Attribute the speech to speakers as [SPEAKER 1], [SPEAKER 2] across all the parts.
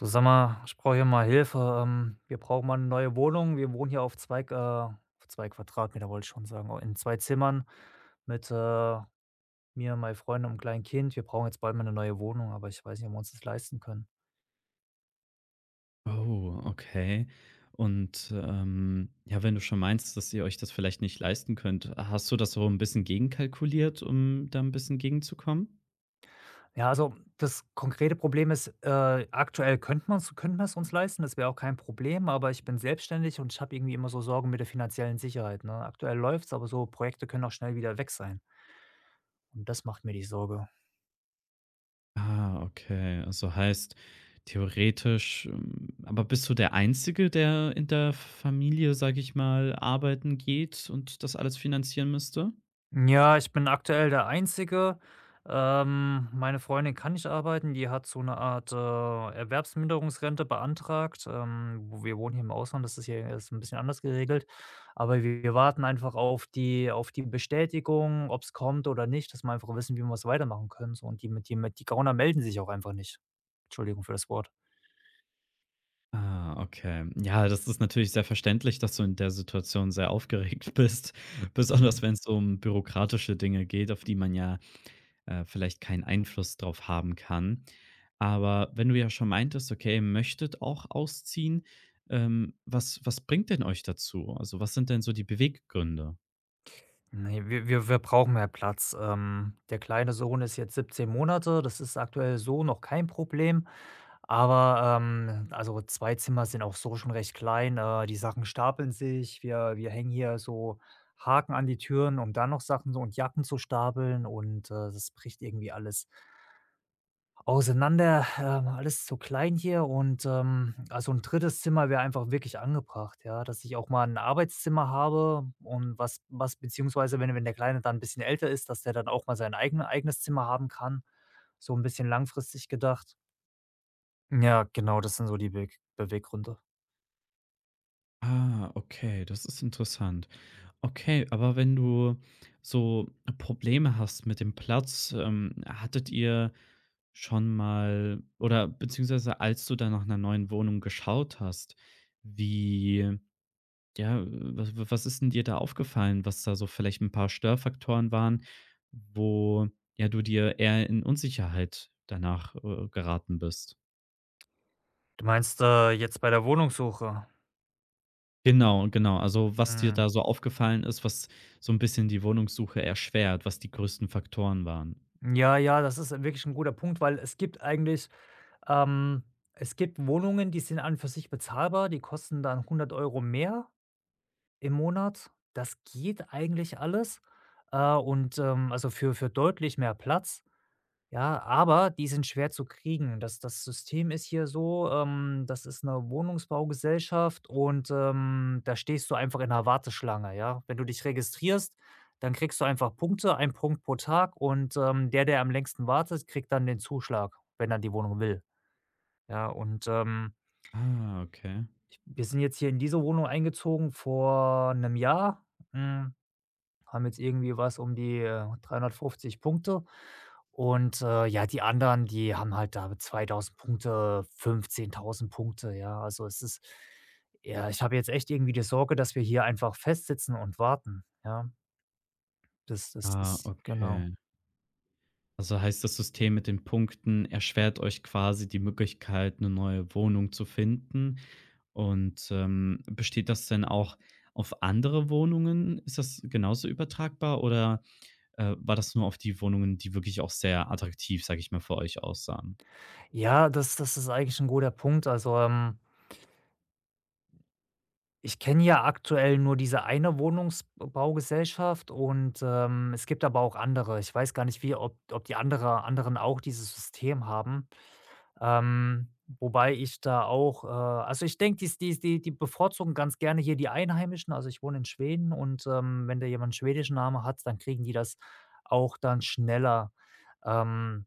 [SPEAKER 1] Du, sag mal, ich brauche hier mal Hilfe. Wir brauchen mal eine neue Wohnung. Wir wohnen hier auf 2 auf 2 Quadratmeter wollte ich schon sagen, au in 2 Zimmern mit, mir, meinen Freunden und 'm kleinen Kind. Wir brauchen jetzt bald mal eine neue Wohnung, aber ich weiß nicht, ob wir uns das leisten können.
[SPEAKER 2] Oh, okay. Und, ja, wenn du schon meinst, dass ihr euch das vielleicht nicht leisten könnt, hast du das so ein bisschen gegenkalkuliert, um da ein bisschen gegenzukommen?
[SPEAKER 1] Ja, also, das konkrete Problem ist, aktuell könnten wir's uns leisten, das wäre auch kein Problem, aber ich bin selbstständig und ich habe irgendwie immer so Sorgen mit der finanziellen Sicherheit, ne? Aktuell läuft es, aber so Projekte können auch schnell wieder weg sein und das macht mir die Sorge.
[SPEAKER 2] Ah, okay. Also, heißt theoretisch aber bist du der Einzige, der in der Familie, sage ich mal, arbeiten geht und das alles finanzieren müsste?
[SPEAKER 1] Ja, ich bin aktuell der Einzige. Meine Freundin kann nicht arbeiten, die hat so eine Art, Erwerbsminderungsrente beantragt. Wo wir wohnen hier im Ausland, das ist hier ist ein bisschen anders geregelt, aber wir warten einfach auf die Bestätigung, ob es kommt oder nicht, dass wir einfach wissen, wie wir es weitermachen können so und die Gauner melden sich auch einfach nicht. Entschuldigung für das Wort.
[SPEAKER 2] Ah, okay. Ja, das ist natürlich sehr verständlich, dass du in der Situation sehr aufgeregt bist, besonders
[SPEAKER 1] Mhm.
[SPEAKER 2] wenn es um bürokratische Dinge geht, auf die man ja vielleicht keinen Einfluss drauf haben kann. Aber wenn du ja schon meintest, okay, ihr möchtet auch ausziehen, was, was bringt denn euch dazu? Also, was sind denn so die Beweggründe?
[SPEAKER 1] Ne, wir brauchen mehr Platz. Der kleine Sohn ist jetzt 17 Monate, das ist aktuell so noch kein Problem, aber, also 2 Zimmer sind auch so schon recht klein. Die Sachen stapeln sich. Wir hängen hier so Haken an die Türen, um dann noch Sachen so und Jacken zu stapeln und, das bricht irgendwie alles auseinander. Ähm, alles zu klein hier und, also ein drittes Zimmer wäre einfach wirklich angebracht, ja, dass ich auch mal ein Arbeitszimmer habe und was was beziehungsweise wenn der Kleine dann ein bisschen älter ist, dass der dann auch mal sein eigenes Zimmer haben kann, so ein bisschen langfristig gedacht. Ja, genau, das sind so die Beweggründe.
[SPEAKER 2] Ah, okay, das ist interessant. Okay, aber wenn du so Probleme hast mit dem Platz, hattet ihr schon mal oder beziehungsweise als du dann nach einer neuen Wohnung geschaut hast, wie ja, was was ist denn dir da aufgefallen, was da so vielleicht ein paar Störfaktoren waren, wo, ja, du dir eher in Unsicherheit danach, geraten bist?
[SPEAKER 1] Du meinst, jetzt bei der Wohnungssuche?
[SPEAKER 2] Genau, genau. Also, was dir da
[SPEAKER 1] Mhm.
[SPEAKER 2] so aufgefallen ist, was so ein bisschen die Wohnungssuche erschwert, was die größten Faktoren waren?
[SPEAKER 1] Ja, ja, das ist wirklich ein guter Punkt, weil es gibt eigentlich ähm, es gibt Wohnungen, die sind an und für sich bezahlbar, die kosten dann 100 € mehr im Monat. Das geht eigentlich alles. Also für deutlich mehr Platz, ja, aber die sind schwer zu kriegen. Das System ist hier so, das ist eine Wohnungsbaugesellschaft und, da stehst du einfach in 'ner Warteschlange, ja? Wenn du dich registrierst, dann kriegst du einfach Punkte, ein Punkt pro Tag und, der, der am längsten wartet, kriegt dann den Zuschlag, wenn er die Wohnung will, ja? Und,
[SPEAKER 2] Ah, okay.
[SPEAKER 1] ich wir sind jetzt hier in diese Wohnung eingezogen vor einem Jahr. Hm, haben jetzt irgendwie was um die, 350 Punkte. Und, ja, die anderen, die haben halt da 2.000 Punkte, 15.000 Punkte, ja. Also, es ist ja, ich habe jetzt echt irgendwie die Sorge, dass wir hier einfach festsitzen und warten, ja. Das
[SPEAKER 2] Ah,
[SPEAKER 1] ist genau.
[SPEAKER 2] okay. Also, heißt das System mit den Punkten erschwert euch quasi die Möglichkeit, eine neue Wohnung zu finden? Und, besteht das denn auch auf andere Wohnungen? Ist das genauso übertragbar oder, war das nur auf die Wohnungen, die wirklich auch sehr attraktiv, sage ich mal, für euch aussahen?
[SPEAKER 1] Ja, das ist eigentlich ein guter Punkt. Also, ich kenne ja aktuell nur diese eine Wohnungsbaugesellschaft und, es gibt aber auch andere. Ich weiß gar nicht, wie ob die anderen auch dieses System haben. Ähm, wobei ich da auch, also, ich denke, die bevorzugen ganz gerne hier die Einheimischen. Also, ich wohne in Schweden und, wenn da jemand 'n schwedischen Namen hat, dann kriegen die das auch dann schneller. Ähm,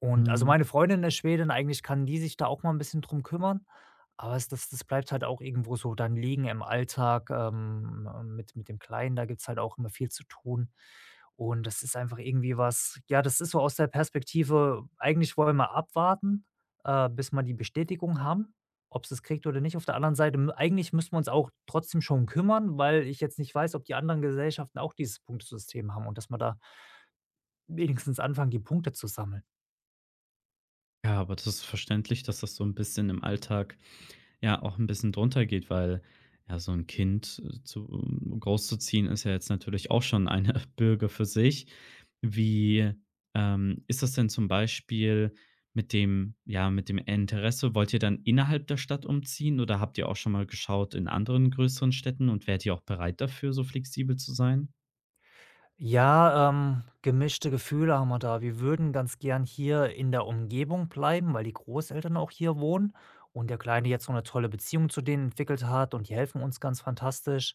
[SPEAKER 1] und also,
[SPEAKER 2] Hm.
[SPEAKER 1] meine Freundin ist Schwedin, eigentlich kann die sich da auch mal ein bisschen drum kümmern, aber es das bleibt halt auch irgendwo so dann liegen im Alltag, mit dem Kleinen, da gibt's halt auch immer viel zu tun. Und das ist einfach irgendwie was ja, das ist so aus der Perspektive, eigentlich wollen wir abwarten, bis wir die Bestätigung haben, ob es das kriegt oder nicht. Auf der anderen Seite m eigentlich müssen wir uns auch trotzdem schon kümmern, weil ich jetzt nicht weiß, ob die anderen Gesellschaften auch dieses Punktesystem haben und dass wir da wenigstens anfangen, die Punkte zu sammeln.
[SPEAKER 2] Ja, aber das ist verständlich, dass das so ein bisschen im Alltag, ja, auch ein bisschen drunter geht, weil, ja, so ein Kind, zu um großzuziehen ist ja jetzt natürlich auch schon eine Bürde für sich. Wie, ist das denn zum Beispiel mit dem ja, mit dem Interesse? Wollt ihr dann innerhalb der Stadt umziehen oder habt ihr auch schon mal geschaut in anderen größeren Städten und wärt ihr auch bereit dafür, so flexibel zu sein?
[SPEAKER 1] Ja, gemischte Gefühle haben wir da. Wir würden ganz gern hier in der Umgebung bleiben, weil die Großeltern auch hier wohnen und der Kleine jetzt so eine tolle Beziehung zu denen entwickelt hat und die helfen uns ganz fantastisch.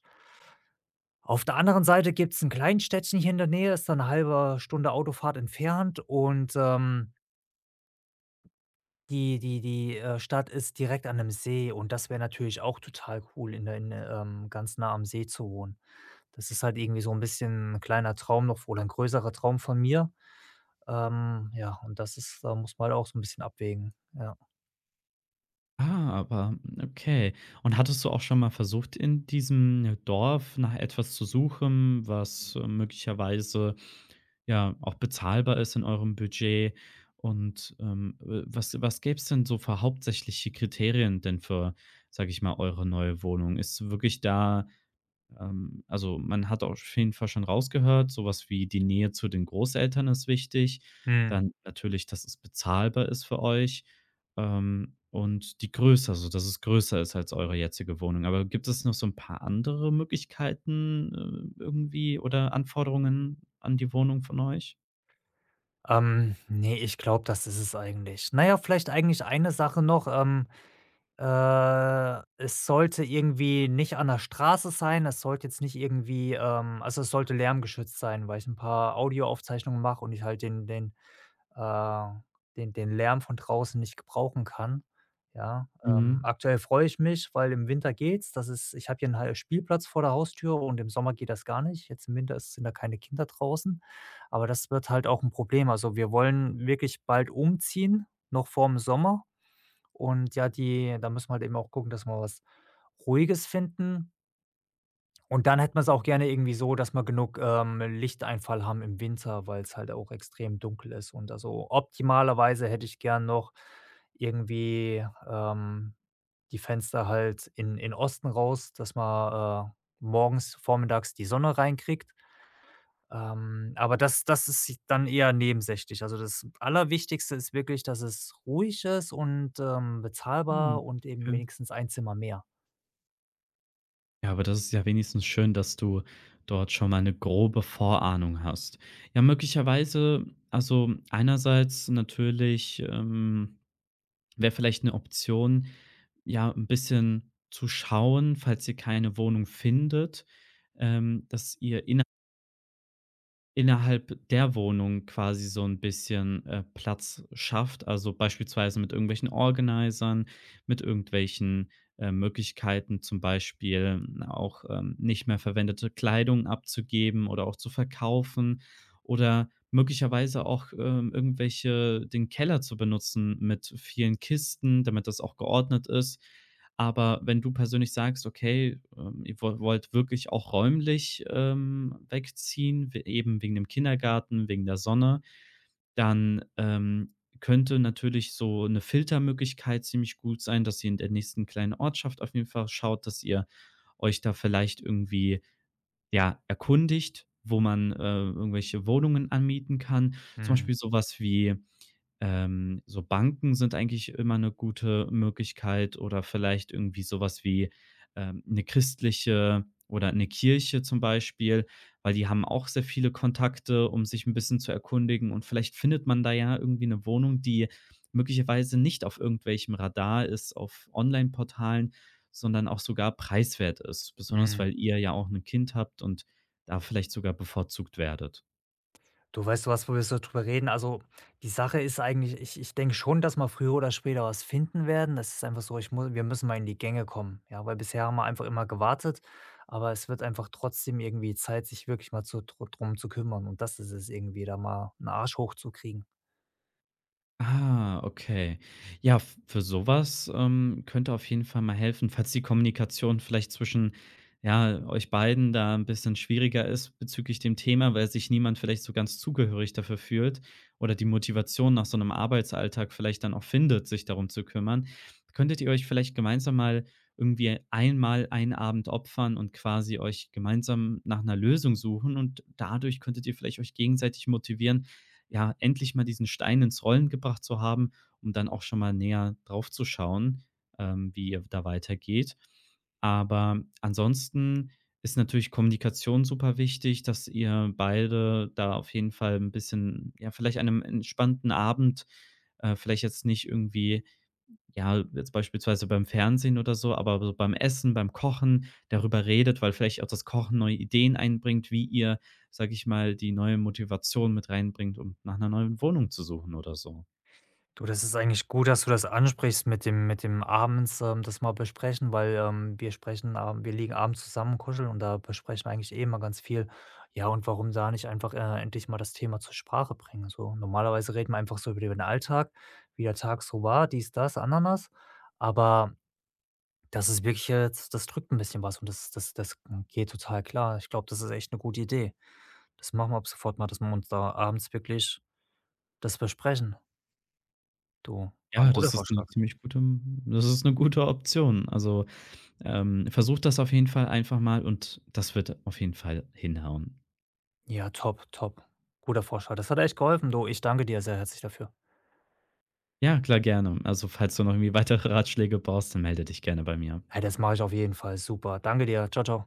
[SPEAKER 1] Auf der anderen Seite gibt's 'n Kleinstädtchen hier in der Nähe, ist dann eine halbe Stunde Autofahrt entfernt und, die Stadt ist direkt an einem See und das wäre natürlich auch total cool, ganz nah am See zu wohnen. Das ist halt irgendwie so ein bisschen 'n kleiner Traum noch oder ein größerer Traum von mir. Ja, und das ist da muss man halt auch so ein bisschen abwägen, ja.
[SPEAKER 2] Ah, aber hm, okay. Und hattest du auch schon mal versucht, in diesem ja, Dorf nach etwas zu suchen, was möglicherweise ja auch bezahlbar ist in eurem Budget? Und was, was gäbe es denn so für hauptsächliche Kriterien denn für, sag ich mal, eure neue Wohnung? Ist wirklich da also, man hat auf jeden Fall schon rausgehört, sowas wie die Nähe zu den Großeltern ist wichtig.
[SPEAKER 1] Mhm.
[SPEAKER 2] Dann natürlich, dass es bezahlbar ist für euch, und die Größe, also, dass es größer ist als eure jetzige Wohnung. Aber gibt es noch so ein paar andere Möglichkeiten, irgendwie oder Anforderungen an die Wohnung von euch?
[SPEAKER 1] Ne, ich glaube, das ist es eigentlich. Na ja, vielleicht eigentlich eine Sache noch, es sollte irgendwie nicht an der Straße sein, es sollte jetzt nicht irgendwie, also, es sollte lärmgeschützt sein, weil ich ein paar Audioaufzeichnungen mache und ich halt äh, den Lärm von draußen nicht gebrauchen kann. Ja,
[SPEAKER 2] Mhm.
[SPEAKER 1] aktuell freue ich mich, weil im Winter geht's. Das ist ich habe hier einen hal Spielplatz vor der Haustür und im Sommer geht das gar nicht. Jetzt im Winter ist sind da keine Kinder draußen, aber das wird halt auch ein Problem. Also, wir wollen wirklich bald umziehen, noch vor dem Sommer und ja, die da müssen wir halt eben auch gucken, dass wir was Ruhiges finden, und dann hätte man es auch gerne irgendwie so, dass wir genug, Lichteinfall haben im Winter, weil es halt auch extrem dunkel ist und also optimalerweise hätte ich gern noch irgendwie, die Fenster halt in Osten raus, dass man, morgens, vormittags die Sonne reinkriegt. Aber das ist dann eher nebensächlich. Also, das Allerwichtigste ist wirklich, dass es ruhig ist und,
[SPEAKER 2] Mhm.
[SPEAKER 1] bezahlbar und eben
[SPEAKER 2] Okay.
[SPEAKER 1] wenigstens ein Zimmer mehr.
[SPEAKER 2] Ja, aber das ist ja wenigstens schön, dass du dort schon mal eine grobe Vorahnung hast. Ja, möglicherweise also, einerseits natürlich, wäre vielleicht eine Option, ja, ein bisschen zu schauen, falls ihr keine Wohnung findet, dass ihr innerhalb der Wohnung quasi so ein bisschen, Platz schafft. Also, beispielsweise mit irgendwelchen Organisern, mit irgendwelchen, Möglichkeiten, zum Beispiel auch, nicht mehr verwendete Kleidung abzugeben oder auch zu verkaufen oder möglicherweise auch, irgendwelche den Keller zu benutzen mit vielen Kisten, damit das auch geordnet ist. Aber wenn du persönlich sagst: „Okay, ihr wollt wirklich auch räumlich, wegziehen, we eben wegen dem Kindergarten, wegen der Sonne“, dann, könnte natürlich so eine Filtermöglichkeit ziemlich gut sein, dass ihr in der nächsten kleinen Ortschaft auf jeden Fall schaut, dass ihr euch da vielleicht irgendwie, ja, erkundigt, wo man, irgendwelche Wohnungen anmieten kann. Zum
[SPEAKER 1] Mhm.
[SPEAKER 2] Beispiel sowas wie so Banken sind eigentlich immer eine gute Möglichkeit oder vielleicht irgendwie sowas wie, 'ne christliche oder eine Kirche zum Beispiel, weil die haben auch sehr viele Kontakte, um sich ein bisschen zu erkundigen und vielleicht findet man da ja irgendwie eine Wohnung, die möglicherweise nicht auf irgendwelchem Radar ist, auf Online-Portalen, sondern auch sogar preiswert ist, besonders
[SPEAKER 1] Mhm.
[SPEAKER 2] weil ihr ja auch ein Kind habt und da vielleicht sogar bevorzugt werdet.
[SPEAKER 1] Du, weißt du was, wo wir so drüber reden? Also, die Sache ist eigentlich, ich denke schon, dass wir früher oder später was finden werden. Das ist einfach so, ich muss, wir müssen mal in die Gänge kommen, ja, weil bisher haben wir einfach immer gewartet, aber es wird einfach trotzdem irgendwie Zeit, sich wirklich mal zu dr drum zu kümmern und das ist es irgendwie, da mal einen Arsch hochzukriegen.
[SPEAKER 2] Ah, okay. Ja, f für sowas könnte auf jeden Fall mal helfen, falls die Kommunikation vielleicht zwischen, ja, euch beiden da ein bisschen schwieriger ist bezüglich dem Thema, weil sich niemand vielleicht so ganz zugehörig dafür fühlt oder die Motivation nach so einem Arbeitsalltag vielleicht dann auch findet, sich darum zu kümmern. Könntet ihr euch vielleicht gemeinsam mal irgendwie einmal einen Abend opfern und quasi euch gemeinsam nach einer Lösung suchen und dadurch könntet ihr vielleicht euch gegenseitig motivieren, ja, endlich mal diesen Stein ins Rollen gebracht zu haben, um dann auch schon mal näher drauf zu schauen, wie ihr da weitergeht. Aber ansonsten ist natürlich Kommunikation super wichtig, dass ihr beide da auf jeden Fall ein bisschen ja, vielleicht an 'nem entspannten Abend, vielleicht jetzt nicht irgendwie ja, jetzt beispielsweise beim Fernsehen oder so, aber so beim Essen, beim Kochen darüber redet, weil vielleicht auch das Kochen neue Ideen einbringt, wie ihr, sage ich mal, die neue Motivation mit reinbringt, um nach einer neuen Wohnung zu suchen oder so.
[SPEAKER 1] Du, das ist eigentlich gut, dass du das ansprichst mit dem abends, das mal besprechen, weil, wir sprechen ab wir liegen abends zusammen, kuscheln und da besprechen wir eigentlich eh immer ganz viel. Ja, und warum da nicht einfach, endlich mal das Thema zur Sprache bringen, so? Normalerweise reden wir einfach so über den Alltag, wie der Tag so war, dies, das, Ananas, aber das ist wirklich jetzt das drückt ein bisschen was und das geht total klar. Ich glaube, das ist echt eine gute Idee. Das machen wir ab sofort mal, dass wir uns da abends wirklich das besprechen. Du, war 'n
[SPEAKER 2] Ja,
[SPEAKER 1] guter
[SPEAKER 2] das ist eine
[SPEAKER 1] Vorschlag.
[SPEAKER 2] ziemlich gute das ist eine gute Option. Also, versucht das auf jeden Fall einfach mal und das wird auf jeden Fall hinhauen.
[SPEAKER 1] Ja, top, top. Guter Vorschlag. Das hat echt geholfen, du. Ich danke dir sehr herzlich dafür.
[SPEAKER 2] Ja, klar, gerne. Also, falls du noch irgendwie weitere Ratschläge brauchst, dann melde dich gerne bei mir.
[SPEAKER 1] Ey, das mache ich auf jeden Fall. Super. Danke dir. Ciao, ciao.